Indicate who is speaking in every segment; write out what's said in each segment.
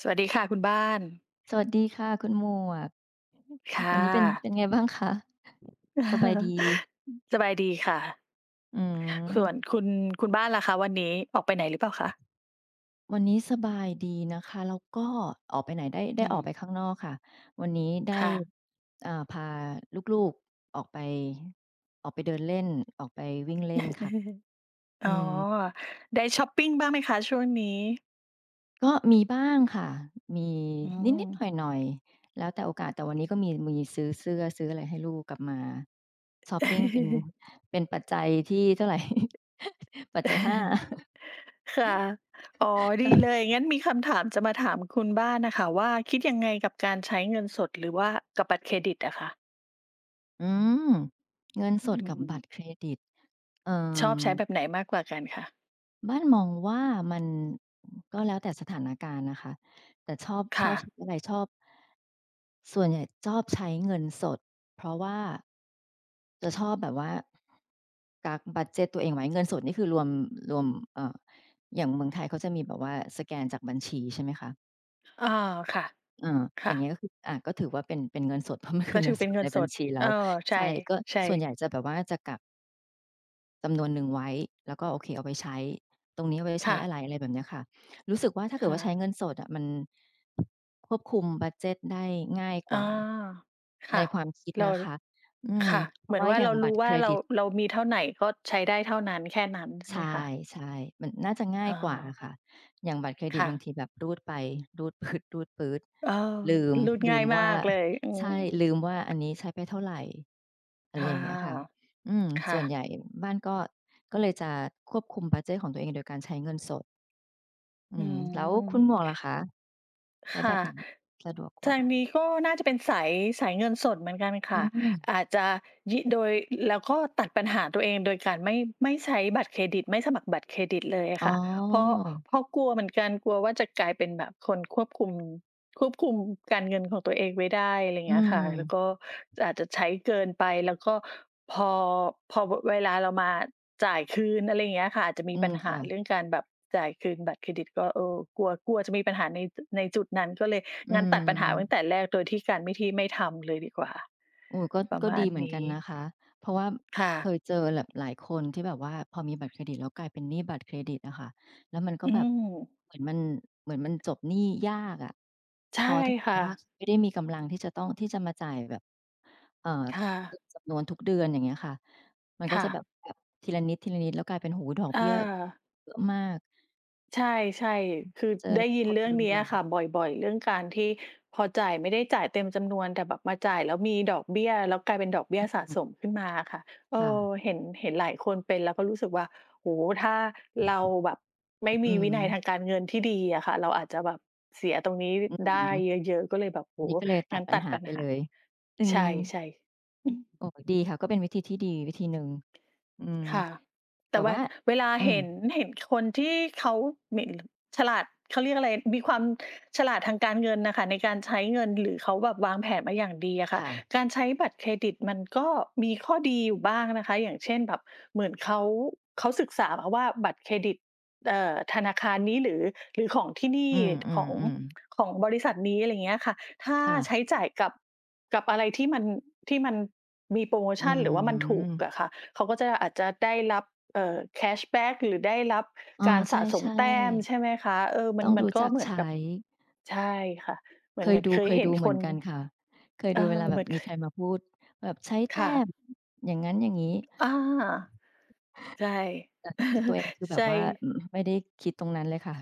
Speaker 1: สวัสดีค่ะคุณบ้าน
Speaker 2: สวัสดีค่ะคุณหมวกวัน
Speaker 1: ค่ะ
Speaker 2: นี้เป็นไงบ้างคะ สบายดี
Speaker 1: สบายดีค่ะ
Speaker 2: อื
Speaker 1: ส่วน
Speaker 2: ม
Speaker 1: คุณบ้านล่ะคะวันนี้ออกไปไหนหรือเปล่าคะ
Speaker 2: วันนี้สบายดีนะคะแล้วก็ออกไปไหนได้
Speaker 1: อื
Speaker 2: อ
Speaker 1: ม
Speaker 2: อกไปข้างนอกค่ะวันนี้ได้
Speaker 1: ค่ะ
Speaker 2: พาลูกๆออกไปออกไปเดินเล่นออกไปวิ่งเล่นค่ะ
Speaker 1: อ๋อ
Speaker 2: อืม
Speaker 1: ได้ชอปปิงบ้างไหมคะช่วงนี้
Speaker 2: ก็มีบ้างค่ะมี
Speaker 1: อื
Speaker 2: นิ
Speaker 1: ม
Speaker 2: ดๆหน่อยๆแล้วแต่โอกาสแต่วันนี้ก็มีซื้อเสื้อซื้ออะไรให้ลูกกลับมาชอปปิงเป็น ปัจจัยที่เท่าไร ปัจจัยหา
Speaker 1: ค่ะอ๋อดีเลยงั้นมีคำถามจะมาถามคุณบ้านน่ะค่ะว่าคิดยังไงกับการใช้เงินสดหรือว่ากับบัตรเครดิตอะคะ
Speaker 2: อืมเงิน
Speaker 1: อื
Speaker 2: สดกับบัตรเคร
Speaker 1: ม
Speaker 2: ดิตเอ่
Speaker 1: ชอบใช้
Speaker 2: อ
Speaker 1: แบบไหนมากกว่ากันคะ
Speaker 2: บ้านมองว่ามันก็แล้วแต่สถานการณ์นะคะแต่ชอบชอ
Speaker 1: ค่ะ
Speaker 2: บซื้ออะไรชอบส่วนใหญ่ชอบใช้เงินสดเพราะว่า จะชอบแบบว่ากักบัดเจตตัวเองไว้เงินสดนี่คือรวมเอ่ออย่างเมืองไทยเขาจะมีแบบว่าสแกนจากบัญชีใช่ไหมคะ
Speaker 1: อาค่ะ
Speaker 2: เอออย่า
Speaker 1: ค่ะ
Speaker 2: งเงี้ยก็คือก็ถือว่าเป็นเงินสด เพราะมันคื
Speaker 1: ก็
Speaker 2: อเงิ
Speaker 1: ถื
Speaker 2: น
Speaker 1: อ
Speaker 2: ส
Speaker 1: เป็น
Speaker 2: ด
Speaker 1: เงิ
Speaker 2: ใน
Speaker 1: นส
Speaker 2: บัญ
Speaker 1: ด
Speaker 2: ชีเรา
Speaker 1: เออใช่
Speaker 2: ใช่ก็
Speaker 1: ใช่
Speaker 2: ส่วนใหญ่จะแบบว่าจะกักจำนวนหนึ่งไว้แล้วก็โอเคเอาไว้ใช้ตรงนี้เอาไว้ใช้
Speaker 1: ค่ะ
Speaker 2: อะไรอะไรแบบเนี้ยค่ะรู้สึกว่าถ้าเกิดว่าใช้เงิ
Speaker 1: ค่ะ
Speaker 2: นสดอะมันควบคุมบัดเจตได้ง่ายก
Speaker 1: อ
Speaker 2: ว่า
Speaker 1: า
Speaker 2: ใน
Speaker 1: ค่ะ
Speaker 2: ความคิด
Speaker 1: เรา
Speaker 2: นะคะอืม
Speaker 1: ค่ะเหมือนว่าเรารู้ว่าเรามีเท่าไหนก็ใช้ได้เท่านั้นแค่นั้นใช่ไห
Speaker 2: ใช่
Speaker 1: มคะ
Speaker 2: ใช่ มันน่าจะง่า
Speaker 1: เออ
Speaker 2: ยกว่าอะค่ะ อย่างบัตรเครดิต
Speaker 1: ค่ะ
Speaker 2: บางทีแบบรูดไปรูดปื๊ดรูดปื๊ด
Speaker 1: เออ
Speaker 2: ลืม
Speaker 1: รูด
Speaker 2: ลื
Speaker 1: ง่า
Speaker 2: ม
Speaker 1: ย
Speaker 2: ว่า
Speaker 1: มากเลยอื
Speaker 2: ใช่
Speaker 1: ม
Speaker 2: ลืมว่าอันนี้ใช้ไปเท่าไรอะ
Speaker 1: อ
Speaker 2: ไรอย่างเงี้ยค่ะ
Speaker 1: า
Speaker 2: อืมส่
Speaker 1: ค่ะ
Speaker 2: วนใหญ่บ้านก็ก็เลยจะควบคุมบัดเจดของตัวเองโดยการใช้เงินสดอื
Speaker 1: อื
Speaker 2: มแล้วคุณหมวก
Speaker 1: ม
Speaker 2: ล่ะคะใช้แบ
Speaker 1: ค่ะ
Speaker 2: บไหนสะดวกกว่า
Speaker 1: ทางนี้ก็น่าจะเป็นสายเงินสดเหมือนกัน
Speaker 2: อื
Speaker 1: ค่ะ
Speaker 2: ม
Speaker 1: อาจจะโดยแล้วก็ตัดปัญหาตัวเองโดยการไม่ใช้บัตรเครดิตไม่สมัครบัตรเครดิตเลยอะ
Speaker 2: อ๋อ
Speaker 1: ค่ะเพราะเพราะกลัวเหมือนกันกลัวว่าจะกลายเป็นแบบคนควบคุม ควบคุมการเงินของตัวเองไว้ได้อะไร
Speaker 2: อื
Speaker 1: เงี้ย
Speaker 2: ม
Speaker 1: ค่ะแล้วก็อาจจะใช้เกินไป แล้วก็พอพอวเวลาเรามาจ่ายคืนอะไรอย่างเงี้ยค่ะอาจจะมี
Speaker 2: อื
Speaker 1: ปั
Speaker 2: ม
Speaker 1: ญหา
Speaker 2: ค่ะ
Speaker 1: เรื่องการแบบจ่ายคืนบัตรเครดิตก็เออกลัวกลัวจะมีปัญหาในในจุดนั้นก็เลย
Speaker 2: อื
Speaker 1: งั้นตัดปัญหาตั้ง
Speaker 2: ม
Speaker 1: แต่แรกโดยที่การไม่ที่ไม่ทำเลยดีกว่า
Speaker 2: โอ้ก็
Speaker 1: ประ
Speaker 2: ก็
Speaker 1: มา
Speaker 2: ดี
Speaker 1: ณ
Speaker 2: เหมือนกั
Speaker 1: นี้
Speaker 2: นนะคะเพราะว่า
Speaker 1: ค่ะ
Speaker 2: เคยเจอแบบหลายคนที่แบบว่าพอมีบัตรเครดิตแล้วกลายเป็นหนี้บัตรเครดิตอะค่ะแล้วมันก็
Speaker 1: อื
Speaker 2: แบบ
Speaker 1: ม
Speaker 2: เหมือนมันเหมือนมันจบหนี้ยากอะพอ
Speaker 1: ใช่
Speaker 2: ถ้าเกิด
Speaker 1: ค่ะ
Speaker 2: ว่าไม่ได้มีกำลังที่จะมาจ่ายแบบเอ่อ
Speaker 1: ค่ะ
Speaker 2: เป็นจำนวนทุกเดือนอย่างเงี้ยค่ะมันก็จะ
Speaker 1: ค่ะ
Speaker 2: แบบทีละนิดทีละนิดแล้วกลายเป็นโอ้โฮดอก
Speaker 1: อา
Speaker 2: เบี้ยเยอะมาก
Speaker 1: ใช่ๆคือ
Speaker 2: เจอห
Speaker 1: ได้
Speaker 2: ลาย
Speaker 1: ยิน
Speaker 2: คน
Speaker 1: เรื่อ
Speaker 2: เล
Speaker 1: งเนี้อ
Speaker 2: ย
Speaker 1: ค่ะบ่อยๆเรื่องการที่พอจ่ายไม่ได้จ่ายเต็มจำนวนแต่แบบมาจ่ายแล้วมีดอกเบี้ยแล้วกลายเป็นดอกเบี้ยสะ
Speaker 2: อื
Speaker 1: สม
Speaker 2: ม
Speaker 1: ขึ้นมาอะค่ะเออ
Speaker 2: ค่ะ
Speaker 1: เห็นหลายคนเป็นแล้วก็รู้สึกว่าโอ้โฮถ้าเราแบบไม่
Speaker 2: อื
Speaker 1: มี
Speaker 2: อ
Speaker 1: วิ
Speaker 2: ฮึ
Speaker 1: นัยทางการเงินที่ดีอะค่ะเราอาจจะแบบเสียตรงนี้
Speaker 2: อือ
Speaker 1: ได้
Speaker 2: ฮึ
Speaker 1: เยอะๆก็เลยแบบ
Speaker 2: อัน
Speaker 1: โอ้โฮ
Speaker 2: นี้ก็เลยตัด
Speaker 1: งั้น
Speaker 2: ปัญ
Speaker 1: ตัด
Speaker 2: หา
Speaker 1: ปัญ
Speaker 2: ไป
Speaker 1: หา
Speaker 2: เลยอื
Speaker 1: ใช
Speaker 2: ม
Speaker 1: ่ๆ
Speaker 2: โอ้ดีค่ะก็เป็นวิธีที่ดีวิธีหนึ่งอืม
Speaker 1: ค่ะแต่
Speaker 2: แต่
Speaker 1: ว่า
Speaker 2: ว่า
Speaker 1: เวลา
Speaker 2: อืม
Speaker 1: เห็น เห็นคนที่เขาเหม็นฉลาดเขาเรียกอะไรมีความฉลาดทางการเงินน่ะค่ะในการใช้เงินหรือเขาแบบวางแผนมาอย่างดีอะค่ะ
Speaker 2: ค่ะ
Speaker 1: การใช้บัตรเครดิตมันก็มีข้อดีอยู่บ้างนะคะอย่างเช่นแบบเหมือนเขาศึกษามาว่าบัตรเครดิตธนาคารนี้หรือของที่นี่
Speaker 2: อื
Speaker 1: ข
Speaker 2: ม
Speaker 1: อง
Speaker 2: ๆๆ
Speaker 1: ของบริษัทนี้อะไรอย่างเงี้ยค่ะถ้า
Speaker 2: ค่ะ
Speaker 1: ใช้จ่ายกับอะไรที่มันที่มันมีโพรโม
Speaker 2: อื
Speaker 1: ชันหรือว่ามันถูก
Speaker 2: ม
Speaker 1: อะค่ะ เขาก็จะอาจจะได้รับแคชแบ็กหรือได้รับ
Speaker 2: เออ
Speaker 1: การ
Speaker 2: ใช
Speaker 1: สะสม
Speaker 2: ่
Speaker 1: แต้มใช่
Speaker 2: ๆ
Speaker 1: ไหมคะเออมั
Speaker 2: ต้
Speaker 1: น
Speaker 2: องรู้
Speaker 1: ก็
Speaker 2: จัก
Speaker 1: เหมือน
Speaker 2: ใช้
Speaker 1: กับใช่ค่ะเหมือนเหมือนเคย
Speaker 2: เคย
Speaker 1: เห็
Speaker 2: ดู
Speaker 1: น
Speaker 2: เห
Speaker 1: ค
Speaker 2: มือน
Speaker 1: น
Speaker 2: กันค่ะเคย
Speaker 1: เออ
Speaker 2: ดูเวลาแบ
Speaker 1: เห
Speaker 2: บ
Speaker 1: มือน
Speaker 2: มีใครมาพูดแบบใช้แต้
Speaker 1: ค่ะ
Speaker 2: มอย่างงั้นอย่างงี้
Speaker 1: อาใช่
Speaker 2: แต่ตัวเองคือ แบบ
Speaker 1: ใช่
Speaker 2: ว่าอืมไม่ได้คิดตรงนั้นเลยค่ะ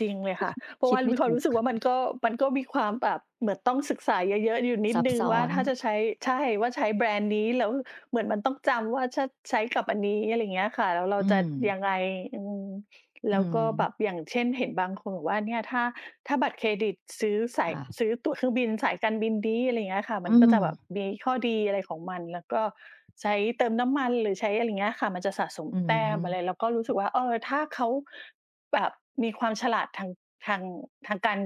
Speaker 1: จริงเลยค่ะเพราะ
Speaker 2: คิด
Speaker 1: ว่า
Speaker 2: ไม่
Speaker 1: มีความ
Speaker 2: ถูก
Speaker 1: รู้สึกว่ามันก็มีความแบบเหมือนต้องศึกษาเยอะๆอยู่นิด
Speaker 2: ซับ
Speaker 1: หนึ่ง
Speaker 2: ซ้อ
Speaker 1: ว่า
Speaker 2: น
Speaker 1: ถ้าจะใช้ใช่ว่าใช้แบรนด์นี้แล้วเหมือนมันต้องจำว่าถ้าใช้กับอันนี้อะไรอย่างเงี้ยค่ะแล้วเรา
Speaker 2: อื
Speaker 1: จะ
Speaker 2: ม
Speaker 1: ยังไงอืม
Speaker 2: อื
Speaker 1: แล้วก็
Speaker 2: ม
Speaker 1: แบบอย่างเช่นเห็นบางคนบอกว่าเนี่ยถ้าบัตรเครดิตซื้อสาย
Speaker 2: ค่ะ
Speaker 1: ซื้อตั๋วเครื่องบินสายการบินนี้อะไรอย่างเงี้ยค่ะ
Speaker 2: อื
Speaker 1: มันก็จะแบบ
Speaker 2: ม
Speaker 1: มีข้อดีอะไรของมันแล้วก็ใช้เติมน้ำมันหรือใช้อะไรอย่างเงี้ยค่ะมันจะสะสม
Speaker 2: อื
Speaker 1: แต้มอะไร
Speaker 2: ม
Speaker 1: เราก็รู้สึกว่าเออถ้าเขา แบบมีความฉลาดทางทางการ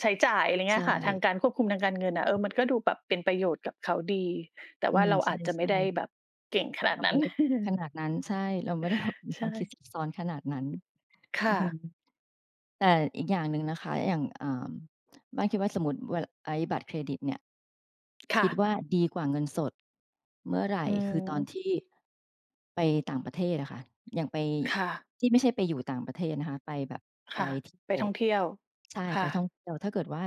Speaker 1: ใช้จ่ายอะไรเงี้
Speaker 2: ใช่
Speaker 1: ยค่ะทางการควบคุมทางการเงินอะเออมันก็ดูแบบเป็นประโยชน์กับเขาดีแต่
Speaker 2: อื
Speaker 1: ว่า
Speaker 2: ม
Speaker 1: เรา
Speaker 2: ใช
Speaker 1: อาจจะไม่
Speaker 2: ่
Speaker 1: ได้แบ
Speaker 2: ๆ
Speaker 1: บเก่งขนาด
Speaker 2: เรา
Speaker 1: นั้
Speaker 2: ไม่
Speaker 1: น
Speaker 2: ได้ขนาดนั้นใช่เราไม่ได้แบบ มี ความคิดซั
Speaker 1: ใช่
Speaker 2: บซ้อนขนาดนั้นอือ
Speaker 1: ค่ะ
Speaker 2: ฮึแต่อีกอย่างหนึ่งนะคะอย่างบ้านคิดว่าสมมุติเวลาไอ้บัตรเครดิตเนี่ย
Speaker 1: ค่ะ
Speaker 2: คิดว่าดีกว่าเงินสดเมื่อไหร่
Speaker 1: อื
Speaker 2: คือตอน
Speaker 1: ม
Speaker 2: ที่ไปต่างประเทศอะค่ะอย่างไป
Speaker 1: ค่ะ
Speaker 2: ที่ไม่ใช่ไปอยู่ต่างประเทศนะคะไปแบบไป
Speaker 1: ค่ะ
Speaker 2: เที่ย
Speaker 1: ไป
Speaker 2: ว
Speaker 1: ท่องเที่ยว
Speaker 2: ใช่ไป
Speaker 1: ค่ะ
Speaker 2: ท่องเที่ยวถ้าเกิดว่า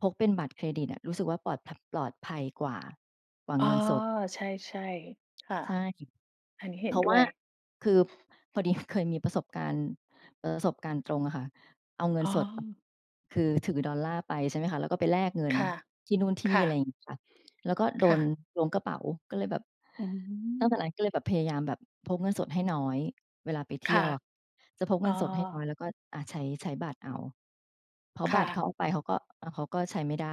Speaker 2: พกเป็นบัตรเครดิตอะรู้สึกว่าปลอดภัยกว่า
Speaker 1: อ๋อใช่ๆค่ะ
Speaker 2: ใช่
Speaker 1: อันนี้
Speaker 2: เพ
Speaker 1: เห็น
Speaker 2: ราะ
Speaker 1: ด้
Speaker 2: ว่า
Speaker 1: วย
Speaker 2: คือพอดี เคยมีประสบการณ์ประสบการณ์ตรงอะค่ะเอาเงิน
Speaker 1: อ๋อ
Speaker 2: สดคือถือดอลลาร์ไปใช่ไหมคะแล้วก็ไปแลกเงิน
Speaker 1: ค่ะ
Speaker 2: ที่นู่นที่นี่
Speaker 1: ค่ะ
Speaker 2: อะไรอย่างเงี้ยค่ะแล้วก็โด
Speaker 1: ค่ะ
Speaker 2: นล้วงกระเป๋าก็เลยแบบ
Speaker 1: อื
Speaker 2: ตั้
Speaker 1: ม
Speaker 2: งแต่นั้นก็เลยแบบพยายามแบบพกเงินสดให้น้อยเวลาไปเที่ย
Speaker 1: ค่ะ
Speaker 2: วอะจะพก
Speaker 1: อ๋อ
Speaker 2: เงินสดให้น้อยแล้วก็อ่ะใช้ใช้บัตรเอาเพราะบัต
Speaker 1: ค่ะ
Speaker 2: รเขาเอาไปเขาก็ใช้ไม่ได้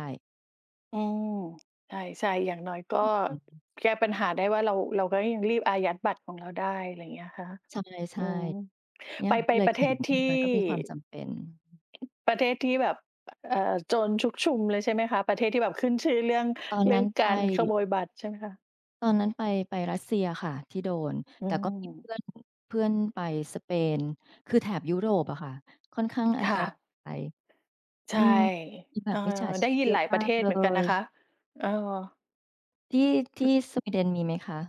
Speaker 1: อืมใช่ใช่อย่างน้อยก็
Speaker 2: อืม
Speaker 1: แก้ปัญหาได้ว่าเราก็ยังรีบอายัดบัตรของเราได้อะไรอย่างเงี้ยค่ะ
Speaker 2: ใช่
Speaker 1: อื
Speaker 2: ใช่
Speaker 1: ม
Speaker 2: เนี่
Speaker 1: ไป
Speaker 2: ยค่ะ
Speaker 1: ไป
Speaker 2: ก็เล
Speaker 1: ป
Speaker 2: ย
Speaker 1: ระเท
Speaker 2: เห็น
Speaker 1: ศที่
Speaker 2: มันก็มีความจำเป็น
Speaker 1: แบบโจรชุกชุมเลยใช่ไหมคะประเทศที่แบบขึ้นชื่อเรื่อง
Speaker 2: ตอนนั้นไป
Speaker 1: การขโมยบัตรใช่ไหมคะ
Speaker 2: ตอนนั้นไปไปรัสเซียค่ะที่โดน
Speaker 1: อื
Speaker 2: แต่ก็มีเพื่อ
Speaker 1: ม
Speaker 2: นเพื่อนไปสเปนคือแถบยุโรปอะค่ะค่อนข้างอันต
Speaker 1: ค่ะ
Speaker 2: รายอื
Speaker 1: ใช่
Speaker 2: มมีแบ
Speaker 1: เอ
Speaker 2: บ
Speaker 1: อ
Speaker 2: มิจฉา
Speaker 1: ได้
Speaker 2: ชีพ
Speaker 1: ยิน
Speaker 2: เย
Speaker 1: ห
Speaker 2: อะ
Speaker 1: ลายป
Speaker 2: มา
Speaker 1: ระเท
Speaker 2: ก
Speaker 1: ศ
Speaker 2: เล
Speaker 1: เหมือนกัน
Speaker 2: ย
Speaker 1: นะคะเออ
Speaker 2: ที่ที่สวีเดนมีไหมคะ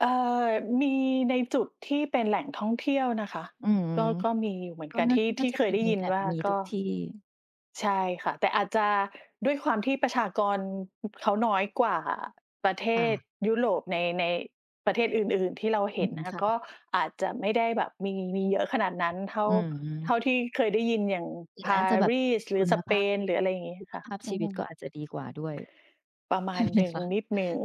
Speaker 1: เอ่อมีในจุดที่เป็นแหล่งท่องเที่ยวนะคะ
Speaker 2: อืม
Speaker 1: ก็มีอยู่เหมือน
Speaker 2: ก็
Speaker 1: กันที่
Speaker 2: น่า
Speaker 1: ที่
Speaker 2: จะ
Speaker 1: เคย
Speaker 2: มี
Speaker 1: ได้ยิน
Speaker 2: แอบ
Speaker 1: ว่า
Speaker 2: มีทุ
Speaker 1: ก็
Speaker 2: กที่
Speaker 1: ใช่ค่ะแต่อาจจะด้วยความที่ประชากรเขาน้อยกว่าประเท
Speaker 2: ค่ะ
Speaker 1: ศยุโรปในประเทศอื่นๆที่เรา
Speaker 2: อื
Speaker 1: เห็น
Speaker 2: ม
Speaker 1: นะคะก็
Speaker 2: ค่ะ
Speaker 1: อาจจะไม่ได้แบบมีเยอะขนาดนั้นเท่า
Speaker 2: อืม
Speaker 1: ที่เคยได้ยินอย่าง
Speaker 2: แต่น่า
Speaker 1: ปา
Speaker 2: จะแบบ
Speaker 1: รีสหรื
Speaker 2: คุ
Speaker 1: อส
Speaker 2: ณ
Speaker 1: เป
Speaker 2: ภาพ
Speaker 1: นหรืออะไรอย่างงี้
Speaker 2: คุณ
Speaker 1: ค่ะ
Speaker 2: ภาพ
Speaker 1: อื
Speaker 2: ชีวิ
Speaker 1: ม
Speaker 2: ตก็อาจจะดีกว่าด้วย
Speaker 1: ประ มา
Speaker 2: ใช่
Speaker 1: ณ
Speaker 2: ไหม
Speaker 1: หนึ่ง
Speaker 2: คะ
Speaker 1: นิดหนึ่ง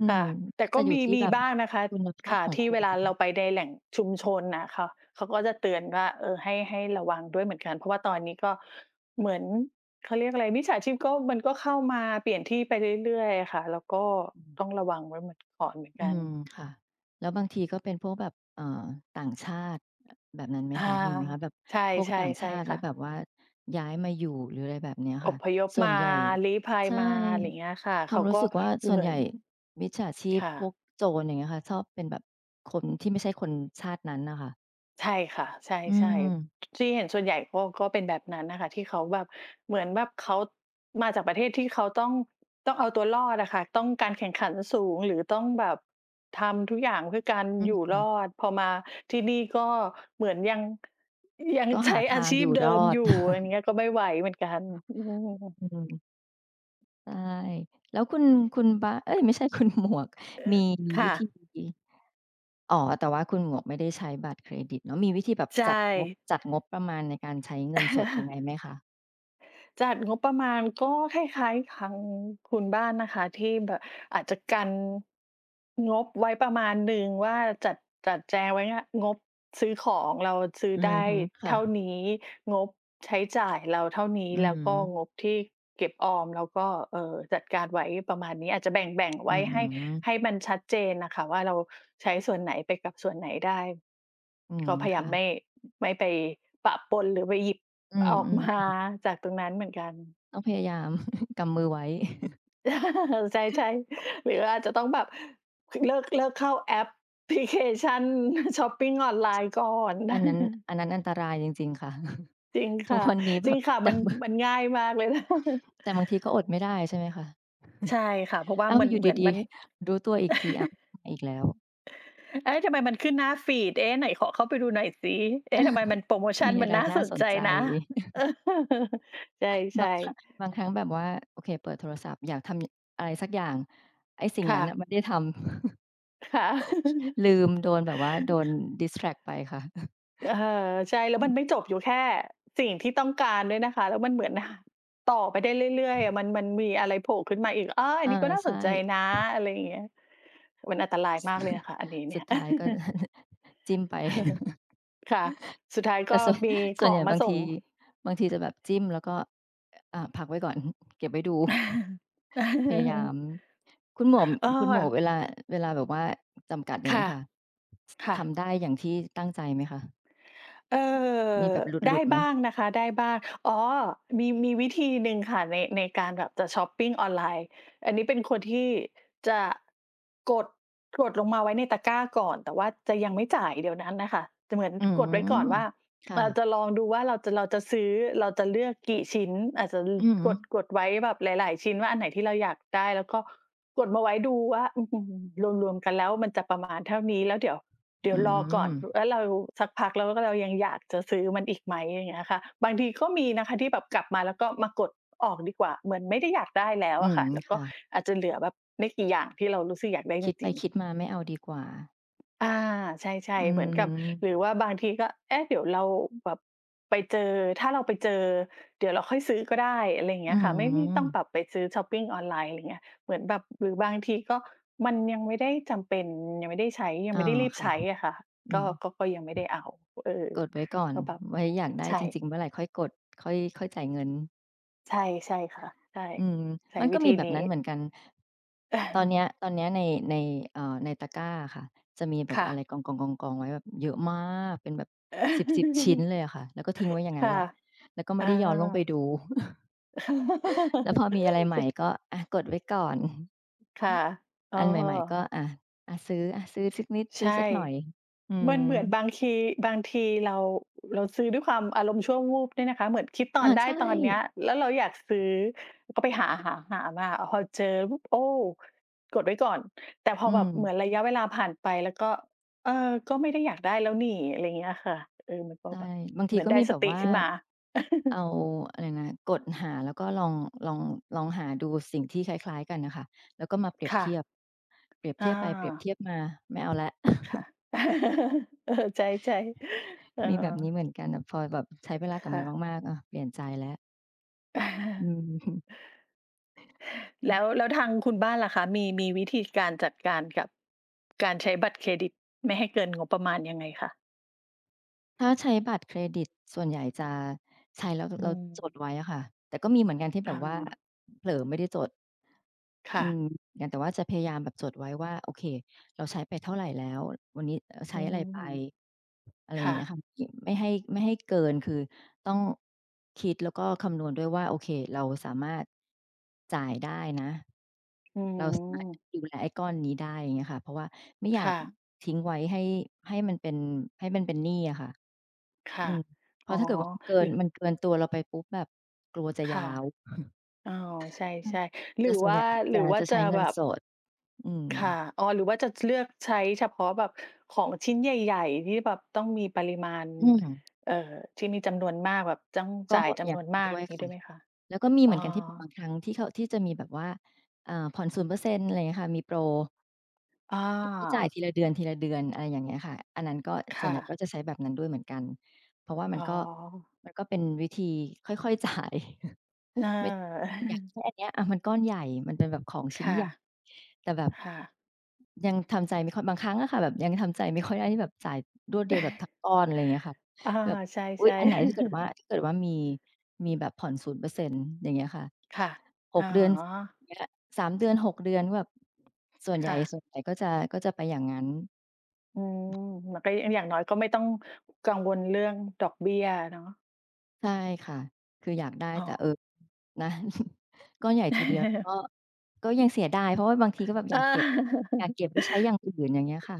Speaker 2: อืมอืม
Speaker 1: ค่ะแต่
Speaker 2: ก็จะ
Speaker 1: ก็
Speaker 2: อยู่
Speaker 1: มี
Speaker 2: ที่
Speaker 1: มี
Speaker 2: แบบ
Speaker 1: บ้างนะคะ
Speaker 2: คุณภาพ
Speaker 1: ค่ะ
Speaker 2: ของ
Speaker 1: ที่
Speaker 2: ค
Speaker 1: เว
Speaker 2: น
Speaker 1: ลาเราไปในแหล่งชุมชนน่ะเขาก็จะเตือนว่าเออให้ระวังด้วยเหมือนกันเพราะว่าตอนนี้ก็เหมือนเขาเรียกอะไรมิจฉาชีพก็มันก็เข้ามาเปลี่ยนที่ไปเรื่อยๆอะค่ะแล้วก็
Speaker 2: อื
Speaker 1: ต้อง
Speaker 2: ม
Speaker 1: ระวังไว้เหมือนก่อนเหมือน
Speaker 2: อื
Speaker 1: กัน
Speaker 2: มค่ะแล้วบางทีก็เป็นพวกแบบต่างชาติแบบนั้นไหม
Speaker 1: อา
Speaker 2: คะมีไหมคะแบบ
Speaker 1: ใช่
Speaker 2: พวก
Speaker 1: ใช่
Speaker 2: ต่าง
Speaker 1: ใช่
Speaker 2: ชาติแล้
Speaker 1: ค่ะ
Speaker 2: วแบบว่าย้ายมาอยู่หรืออะไรแบบเนี้ย
Speaker 1: อ
Speaker 2: ค่ะ
Speaker 1: พยพ
Speaker 2: ส่ว
Speaker 1: มา
Speaker 2: นใหญ่
Speaker 1: ลี้ภัย
Speaker 2: ใช่
Speaker 1: มาอะไรอย่างเงี้ยค่ะ
Speaker 2: ความ
Speaker 1: เขา
Speaker 2: รู้
Speaker 1: ก็
Speaker 2: สึกว่าส่
Speaker 1: เห
Speaker 2: วน
Speaker 1: มื
Speaker 2: ให
Speaker 1: อน
Speaker 2: ญ่มิจฉาชีพ
Speaker 1: ค่ะ
Speaker 2: พวกโจรอย่างเงี้ยค่ะชอบเป็นแบบคนที่ไม่ใช่คนชาตินั้นน่ะค่ะ
Speaker 1: ใช่ค่ะใช่
Speaker 2: อืม
Speaker 1: ๆที่เห็นส่วนใหญ่ก็เป็นแบบนั้นน่ะค่ะที่เขาแบบเหมือนแบบเขามาจากประเทศที่เขาต้องเอาตัวรอดอะค่ะต้องการแข่งขันสูงหรือต้องแบบทำทุกอย่างเพื่อการ
Speaker 2: อื
Speaker 1: อยู่รอ
Speaker 2: ม
Speaker 1: ดพอมาที่นี่ก็เหมือนยัง
Speaker 2: ก็หา
Speaker 1: ใช้อา
Speaker 2: ทาง
Speaker 1: ชี
Speaker 2: อ
Speaker 1: พ
Speaker 2: ยู่ร
Speaker 1: เดิม
Speaker 2: อ
Speaker 1: อ
Speaker 2: ด
Speaker 1: ยู่อันเนี้ยก็ไม่ไหวเหมือนกันอื
Speaker 2: อื
Speaker 1: ม
Speaker 2: ม ใช่แล้วคุณบ้านเอ๊ยไม่ใช่คุณหมวกมีวิ
Speaker 1: ค่ะ
Speaker 2: ธี อ๋อแต่ว่าคุณหมวกไม่ได้ใช้บัตรเครดิตเนาะมีวิธีแบบ
Speaker 1: ใช่
Speaker 2: จัดงบประมาณในการใช้เงินสดยังไงไหมคะ
Speaker 1: จัดงบประมาณก็คล้ายๆทางคุณบ้านนะคะที่แบบอาจจะกันงบไว้ประมาณหนึ่งว่าจัดจัดแจงไว้อะงบซื้อของเราซื้อ
Speaker 2: อือ
Speaker 1: ได้
Speaker 2: ฮึค่ะ
Speaker 1: เท่านี้งบใช้จ่ายเราเท่านี้
Speaker 2: อือ
Speaker 1: แล้วก็
Speaker 2: ฮึ
Speaker 1: งบที่เก็บออมแล้วก็จัดการไว้ประมาณนี้อาจจะแบ่งๆ
Speaker 2: อื
Speaker 1: ไว้ให้
Speaker 2: ม
Speaker 1: ให้มันชัดเจนน่ะค่ะว่าเราใช้ส่วนไหนไปกับส่วนไหนได้
Speaker 2: อืม
Speaker 1: ก็พยายาม
Speaker 2: ค่ะ
Speaker 1: ไม่ไปปะปนหรือไปหยิบ
Speaker 2: อื
Speaker 1: ออกมา
Speaker 2: ม
Speaker 1: จากตรงนั้นเหมือนกัน
Speaker 2: ๆต้องพยายาม กำมือไว้
Speaker 1: ใช่ๆหรืออาจจะต้องแบบเลิกเข้าแอปพลิเคชัน ช้อปปิงออนไลน์ก่อน
Speaker 2: อันนั้นอันนั้นอันตรายจริงๆค่ะ
Speaker 1: จริง
Speaker 2: ทุก
Speaker 1: ค่ะ
Speaker 2: วันนี้แบ
Speaker 1: จริง
Speaker 2: บ
Speaker 1: ค่ะมันมันง่ายมากเลย นะ
Speaker 2: แต่บางทีก็อดไม่ได้ใช่ไหมคะ
Speaker 1: ใช่ค่ะเพราะว่า
Speaker 2: อ้าว
Speaker 1: มัน
Speaker 2: อยู่
Speaker 1: เหมือน
Speaker 2: ดี
Speaker 1: มัน
Speaker 2: ๆรู้ตัวอีกทีอ้าวมาอีกแล้ว
Speaker 1: เอ๊ะทำไมมันขึ้นหน้าฟีดเอ๊ะไหนขอเข้าไปดูหน่อยสิเอ๊ะทำไมมันโปรโมชั่น
Speaker 2: มี
Speaker 1: มั
Speaker 2: อะ
Speaker 1: น
Speaker 2: ไร
Speaker 1: น่า
Speaker 2: น่า
Speaker 1: สน
Speaker 2: สน
Speaker 1: ใจ
Speaker 2: ใจ
Speaker 1: นะ ใ
Speaker 2: บาง
Speaker 1: ช่
Speaker 2: ครั้ง
Speaker 1: ๆ
Speaker 2: บางครั้งแบบว่าโอเคเปิดโทรศัพท์อยากทำอะไรสักอย่างไอ้สิ่งนั้
Speaker 1: ค่ะ
Speaker 2: นน่ะ ไม่ได้ท
Speaker 1: ค่
Speaker 2: ำ
Speaker 1: ะ
Speaker 2: ลืมโดนแบบว่าโดน distract ไปค่ะ
Speaker 1: เออใช่แล้วมันไม่จบอยู่แค่สิ่งที่ต้องการด้วยนะคะแล้วมันเหมือน ต่อไปได้เรื่อยๆอะมันมีอะไรโผล่ขึ้นมาอีกอาออัน
Speaker 2: อา
Speaker 1: นี้ก็น่าส
Speaker 2: ใช่
Speaker 1: นใจนะอะไรอย่างเงี้ยมันอันตรายมากเลยนะคะอันนี้เนี่
Speaker 2: สุ
Speaker 1: ย
Speaker 2: ดท้ายก็ จิ้มไป
Speaker 1: ค่ะสุดท้าย
Speaker 2: แต่
Speaker 1: ก็
Speaker 2: ส่วน
Speaker 1: มี
Speaker 2: ส่
Speaker 1: ข
Speaker 2: วน
Speaker 1: อ
Speaker 2: ให
Speaker 1: ง
Speaker 2: ญ่
Speaker 1: มา
Speaker 2: บาง
Speaker 1: ส่
Speaker 2: ที
Speaker 1: ง
Speaker 2: บางทีจะแบบจิ้มแล้วก็อ่าพักไว้ก่อน เก็บไว้ดูพยายาม คุณหมวก
Speaker 1: เออ
Speaker 2: คุณหมวกเวลาแบบว่าจำกัดอย่างเงี้
Speaker 1: ค่ะ
Speaker 2: ยค่ะ
Speaker 1: ค่ะ
Speaker 2: ทำได้อย่างที่ตั้งใจไหมคะ
Speaker 1: เออ
Speaker 2: มีแบบหลุ
Speaker 1: ได้
Speaker 2: ดๆไหม
Speaker 1: บ้างนะคะได้บ้างอ๋อมีวิธีหนึ่งค่ะในในการแบบจะชอปปิงออนไลน์อันนี้เป็นคนที่จะกดกดลงมาไว้ในตะกร้าก่อนแต่ว่าจะยังไม่จ่ายเดี๋ยวนั้นน่ะค่ะจะเหมือน
Speaker 2: อื
Speaker 1: กดไว้ก่อน
Speaker 2: ม
Speaker 1: ว่า
Speaker 2: ค่ะ
Speaker 1: เราจะลองดูว่าเราจะซื้อเราจะเลือกกี่ชิ้นอาจจะ
Speaker 2: อืม
Speaker 1: กดไว้แบบหลายๆชิ้นว่าอันไหนที่เราอยากได้แล้วก็กดมาไว้ดูว่าอื้อฮือรวมๆกันแล้วมันจะประมาณเท่านี้แล้วเดี๋ยว
Speaker 2: อื
Speaker 1: รอก่อน
Speaker 2: ม
Speaker 1: แล้วเราสักพักแล้วก็เรายังอยากจะซื้อมันอีกไหมอย่างเงี้ยค่ะบางทีก็มีนะคะที่แบบกลับมาแล้วก็มากดออกดีกว่าเหมือนไม่ได้อยากได้แล้ว
Speaker 2: อื
Speaker 1: อะ
Speaker 2: ม
Speaker 1: ค่ะแล้วก็
Speaker 2: ค่ะ
Speaker 1: อาจจะเหลือแบบไม่กี่อย่างที่เรารู้สึกอยากได้จ
Speaker 2: คิดไป
Speaker 1: ริงๆ
Speaker 2: คิดมาไม่เอาดีกว่า
Speaker 1: อาใช่
Speaker 2: อื
Speaker 1: ๆเหมือนกับหรือ
Speaker 2: ม
Speaker 1: ว่าบางทีก็เอ๊ะเดี๋ยวเราแบบไปเจอถ้าเราไปเจอเดี๋ยวเราค่อยซื้อก็ได้อะไรอย่าง
Speaker 2: อื
Speaker 1: เงี้ยค่ะไม่ต้องแบบ
Speaker 2: ม
Speaker 1: ไปซื้อช็อปปิงออนไลน์อะไรเงี้ยเหมือนแบบหรือบางทีก็มันยังไม่ได้จำเป็นยังไม่ได้ใช้ยัง
Speaker 2: อ๋อ
Speaker 1: ไม่ได้รีบ
Speaker 2: ค่ะ
Speaker 1: ใช้อะค่ะ
Speaker 2: อื
Speaker 1: ก็
Speaker 2: ม
Speaker 1: ก็ก็ยังไม่ได้เอาเออ
Speaker 2: กดไว้ก่อน
Speaker 1: ก็แบบ
Speaker 2: ไว้อยากได้
Speaker 1: ใช่
Speaker 2: จริงๆเมื่อไหรค่อยกดค่อยค่อยจ่ายเงิน
Speaker 1: ใช่ใช่ค่ะใช่
Speaker 2: อืม
Speaker 1: ใช้
Speaker 2: มันก็
Speaker 1: วิ
Speaker 2: มี
Speaker 1: ธี
Speaker 2: แบบ
Speaker 1: นี้
Speaker 2: นั้นเหมือนกันตอนเนี้ยในในในตะกร้าอะค่ะจะมีแบ บ
Speaker 1: ค่ะ
Speaker 2: อะไรกองๆๆๆไว้แบบเยอะมากเป็นแบบสิบชิ้นเลยอะค่ะแล้วก็ทิ้งไว้อย่า งงั้นแห
Speaker 1: ค่ะ
Speaker 2: ละแล้วก็ไม่
Speaker 1: อา
Speaker 2: ได้ย้อนลงไปดู แล้วพอมีอะไรใหม่
Speaker 1: ใช่
Speaker 2: ก็อะกดไว้ก่อน
Speaker 1: ค่ะเอ
Speaker 2: อันใหม่ๆก็
Speaker 1: อ
Speaker 2: อะอะซื้อสักนิดซื้อ
Speaker 1: ใช่
Speaker 2: สักหน่อยอื
Speaker 1: มัน
Speaker 2: ม
Speaker 1: เหมือนบางทีบางทีเราซื้อด้วยความอารมณ์ชั่ววูบเนี่ยนะคะเหมือนคิดตอ
Speaker 2: อา
Speaker 1: นได้
Speaker 2: ใช่
Speaker 1: ตอนเนี้ยแล้วเราอยากซื้อก็ไปหามาพอเจอปุ๊บโอ้กดไว้ก่อนแต่พอ
Speaker 2: อื
Speaker 1: แบ
Speaker 2: ม
Speaker 1: บเหมือนระยะเวลาผ่านไปแล้วก็เออก็ไม่ได้อยากได้แล้วนี่อะไรอย่างเงี้ยค่ะเออมันก็
Speaker 2: ใช่
Speaker 1: แบบ
Speaker 2: บาง
Speaker 1: เห
Speaker 2: ที
Speaker 1: มือน
Speaker 2: ก็
Speaker 1: ได้
Speaker 2: มี
Speaker 1: ส
Speaker 2: แบบ
Speaker 1: ติ
Speaker 2: ว่า
Speaker 1: ขึ้นมา
Speaker 2: เอาอะไรนะกดหาแล้วก็ลองลองหาดูสิ่งที่คล้ายๆกันน่ะค่ะแล้วก็มาเปรียบ
Speaker 1: ค่ะ
Speaker 2: เทียบเปรียบ เที
Speaker 1: อา
Speaker 2: ยบไปเปรียบเทียบมาไม่เอาแล้ว
Speaker 1: ค่ะ เออใช่ๆเออ
Speaker 2: มีแบบนี้เหมือนกันแต่พอแบบใช้เวลากับ
Speaker 1: ค่
Speaker 2: มันมากๆอะเปลี่ยนใจแล้ว
Speaker 1: ะ
Speaker 2: อืม
Speaker 1: แล้วทางคุณบ้านล่ะคะมีวิธีการจัดการกับการใช้บัตรเครดิตไม่ให้เกินงบประมาณยังไงคะ
Speaker 2: ถ้าใช้บัตรเครดิตส่วนใหญ่จะใช้แล้ว
Speaker 1: อื
Speaker 2: เราจดไว้
Speaker 1: ม
Speaker 2: อะค่ะแต่ก็มีเหมือนกันที่แบ
Speaker 1: อา
Speaker 2: บว่าเผลอไม่ได้จดอื
Speaker 1: ค่ะ
Speaker 2: มงั้นแต่ว่าจะพยายามแบบจดไว้ว่าโอเคเราใช้ไปเท่าไรแล้ววันนี้ใช้
Speaker 1: อื
Speaker 2: อะไรไป
Speaker 1: ม
Speaker 2: อะไรอย่าง
Speaker 1: ค่ะ
Speaker 2: เงี้ยค่ะไม่ให้เกินคือต้องคิดแล้วก็คำนวณด้วยว่าโอเคเราสามารถจ่ายได้นะ
Speaker 1: อื
Speaker 2: เราสามารถ
Speaker 1: ม
Speaker 2: ดูแลไอ้ก้อนนี้ได้อย่างเงี้ยค่ะเพราะว่าไม่อยาก
Speaker 1: ค่ะ
Speaker 2: ทิ้งไว้ให้ให้มันเป็นให้มันเป็นหนี้อะค่ะ อื
Speaker 1: ค่ะ
Speaker 2: มเพ
Speaker 1: อ๋อ
Speaker 2: ราะถ้าเกิดว่ามันเกิ
Speaker 1: ห
Speaker 2: น
Speaker 1: รือ
Speaker 2: เกินตัวเราไปปุ๊บแบบกลัวจะยา
Speaker 1: ค่ะ
Speaker 2: ว
Speaker 1: อ๋อใช่ๆห
Speaker 2: จะแต่
Speaker 1: รือ
Speaker 2: ส่วนให
Speaker 1: ว่า
Speaker 2: ญ่
Speaker 1: หรื
Speaker 2: จะ
Speaker 1: อว่า
Speaker 2: จะ
Speaker 1: จะ
Speaker 2: ใช้เงิ
Speaker 1: แบ
Speaker 2: น
Speaker 1: บ
Speaker 2: สดอืม
Speaker 1: ค่ะอ๋อหรือว่าจะเลือกใช้เฉพาะแบบของชิ้นใหญ่ๆที่แบบต้องมีปริมาณ
Speaker 2: อืม
Speaker 1: เอ่อที่มีจำนวนมากแบบต้อง
Speaker 2: ก็
Speaker 1: จ่าย
Speaker 2: อ
Speaker 1: จำ
Speaker 2: ย่า
Speaker 1: น
Speaker 2: ง
Speaker 1: วน
Speaker 2: น้
Speaker 1: มาก
Speaker 2: ด้วย
Speaker 1: งี้ด้
Speaker 2: ค่ะ
Speaker 1: วยไหมคะ
Speaker 2: แล้วก็มี
Speaker 1: อ๋
Speaker 2: เห
Speaker 1: อ
Speaker 2: มือนกันที่บางครั้งที่เขาที่จะมีแบบว่าอ่าผ่อน0%อร์เซ็นต์อะไรเงี้ยค่ะมีโปร
Speaker 1: อ
Speaker 2: ก็จ่าย
Speaker 1: อ
Speaker 2: ทีละเดือนทีละเดือนอะไรอย่างเงี้ยค่ะอันนั้นก็ส่วน
Speaker 1: ค่ะ
Speaker 2: ใหญ่ก็จะใช้แบบนั้นด้วยเหมือนกันเพราะว่า
Speaker 1: อ๋อ
Speaker 2: มันก็เป็นวิธีค่อยๆจ่าย
Speaker 1: เอ
Speaker 2: ไม่
Speaker 1: อ
Speaker 2: อยากได้อันเนี้ยอะมันก้อนใหญ่มันเป็นแบบของ ชิ้น
Speaker 1: ค่ะ
Speaker 2: ใหญ่แต่แบบ
Speaker 1: ค่ะ
Speaker 2: ยังทำใจไม่ค่อยบางครั้งอะค่ะแบบยังทำใจไม่ค่อยได้ที่แบบจ่ายรวดเดียวแบบทั้ง ก้อนอะไรอย่างเงี้ยค่ะ
Speaker 1: อา
Speaker 2: แบบ
Speaker 1: ใช่
Speaker 2: อุ๊ย
Speaker 1: ใช่
Speaker 2: อันไหนถ้าเกิดว่ามีแบบผ่อน0%อร์เซ็นต์อย่างเงี้ยค่ะ
Speaker 1: ค่ะ
Speaker 2: ห
Speaker 1: อ๋อ
Speaker 2: กเดือนเงี้ย3เดือน6เดือนก็แบบส่วนใหญ่
Speaker 1: ค่ะ
Speaker 2: ส่วนใหญ่ก็จะไปอย่างงั้น
Speaker 1: อืมมันก็อย่างน้อยก็ไม่ต้องกังวลเรื่องดอกเบี้ยเนาะ
Speaker 2: ใช่ค่ะคืออยากได้
Speaker 1: อ๋อ
Speaker 2: แต่เออนะ ก้อนใหญ่ทีเดียว ก็ก็ยังเสียดายเพราะว่าบางทีก็แบบ
Speaker 1: เ
Speaker 2: อยากเก็บ
Speaker 1: ออ
Speaker 2: ไว้ใช้อย่างอื่นอย่างเงี้ยค่ะ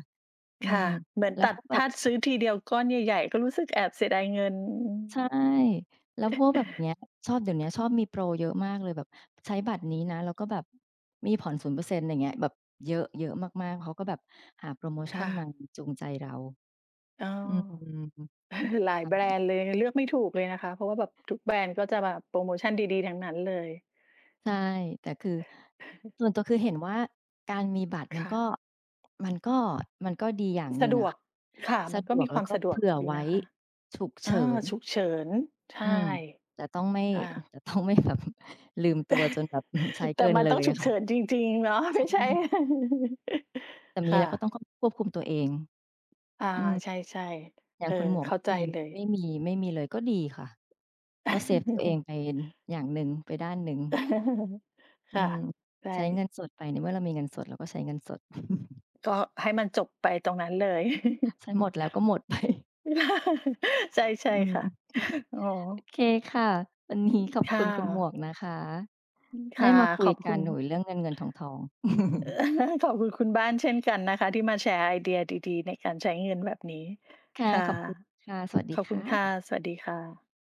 Speaker 2: อืม
Speaker 1: ค่ะเหมือน
Speaker 2: แล้ว
Speaker 1: ตั
Speaker 2: พ
Speaker 1: ด
Speaker 2: วกแบบ
Speaker 1: ถ้าซื้อทีเดียวก้อนใหญ่ๆก็รู้สึกแอบเสียดายเงินอืม
Speaker 2: ใช่แล้วพวกแบบเนี้ยชอบเดี๋ยวเนี้ยชอบมีโปรเยอะมากเลยแบบใช้บัตรนี้นะแล้วก็แบบมีผ่อน0%อะไรเซ็นต์อย่างเงี้ยแบบเยอะเยอะมากๆเขาก็แบบหาโพรโมชัน
Speaker 1: ค่ะ
Speaker 2: มาจูงใจเรา
Speaker 1: อ๋อ
Speaker 2: อืม
Speaker 1: หลายแบรนด์เลยเลือกไม่ถูกเลยนะคะเพราะว่าแบบทุกแบรนด์ก็จะแบบโปรโมชันดีๆทั้งนั้นเลย
Speaker 2: ใช่แต่คือส่วนตัวคือเห็นว่าการมีบัตรมัน
Speaker 1: ค่ะ
Speaker 2: มันก็มันก็ดีอย่างหนึ่
Speaker 1: สะ
Speaker 2: ง
Speaker 1: ดว
Speaker 2: อะ
Speaker 1: ก
Speaker 2: ค่ะ
Speaker 1: ค่ะมั
Speaker 2: สะ
Speaker 1: น
Speaker 2: ด
Speaker 1: ก็
Speaker 2: วก
Speaker 1: มีค
Speaker 2: แล้ว
Speaker 1: วาม
Speaker 2: ก็
Speaker 1: สะดวก
Speaker 2: เผื่อ
Speaker 1: อยู่
Speaker 2: ไว้
Speaker 1: นะคะ
Speaker 2: ฉุกเฉิ
Speaker 1: อา
Speaker 2: น
Speaker 1: ฉุกเฉิน
Speaker 2: อื
Speaker 1: ใช่
Speaker 2: มแต่ต้องไม่
Speaker 1: ค่ะ
Speaker 2: แต่ต้องไม่แบบ ลืมตัวจนแบบ อืมใช้
Speaker 1: แต่
Speaker 2: เกิน
Speaker 1: มัน
Speaker 2: เล
Speaker 1: ต้อง
Speaker 2: ย
Speaker 1: ฉุ
Speaker 2: อะ
Speaker 1: กเฉิน
Speaker 2: ค่ะ
Speaker 1: จริงๆเนาะ
Speaker 2: ใช
Speaker 1: ไม่ใช่
Speaker 2: ่แต่มี
Speaker 1: ค่ะ
Speaker 2: แล้วก็ต้องควบคุมตัวเอง
Speaker 1: อา
Speaker 2: อืม
Speaker 1: ใช่
Speaker 2: อ
Speaker 1: ๆ
Speaker 2: ย่า
Speaker 1: เอ
Speaker 2: ง
Speaker 1: อ
Speaker 2: คุณหมวก
Speaker 1: เข้าใจ
Speaker 2: ไม่มี
Speaker 1: เลย
Speaker 2: ไม่มีเลยก็ดีค่ะก็เซฟตัวเอง ไปอย่างหนึ่งไปด้านหนึ่งอื
Speaker 1: ค่ะ
Speaker 2: ม
Speaker 1: ใช่
Speaker 2: ใช้เงินสดไปในเมื่อเรามีเงินสดเราก็ใช้เงินสด
Speaker 1: ก็ให้มันจบไปตรงนั้นเลย
Speaker 2: ฉันหมดแล้วก็หมดไป
Speaker 1: ใช่ใช่
Speaker 2: อืม
Speaker 1: ค่ะ อ๋อ
Speaker 2: โอเคค่ะวันนี้ขอบคุ
Speaker 1: ค่ะ
Speaker 2: ณคุณหมวกนะคะได้
Speaker 1: ค่ะ
Speaker 2: มาคุ
Speaker 1: ข
Speaker 2: ย
Speaker 1: อบ
Speaker 2: กั
Speaker 1: คุ
Speaker 2: น
Speaker 1: ณ
Speaker 2: โอ้โฮเรื่องเงินๆทองๆ
Speaker 1: เออ ขอบคุณคุณบ้านเช่นกันนะคะที่มาแชร์ไอเดียดีๆในการใช้เงินแบบนี้
Speaker 2: ค่ะ
Speaker 1: ค่
Speaker 2: ขอบคุณ
Speaker 1: ะ
Speaker 2: ค่ะสวัสดี
Speaker 1: ขอบคุ
Speaker 2: ค่
Speaker 1: ณค่ะ
Speaker 2: ะ
Speaker 1: สวัสดีค่ะ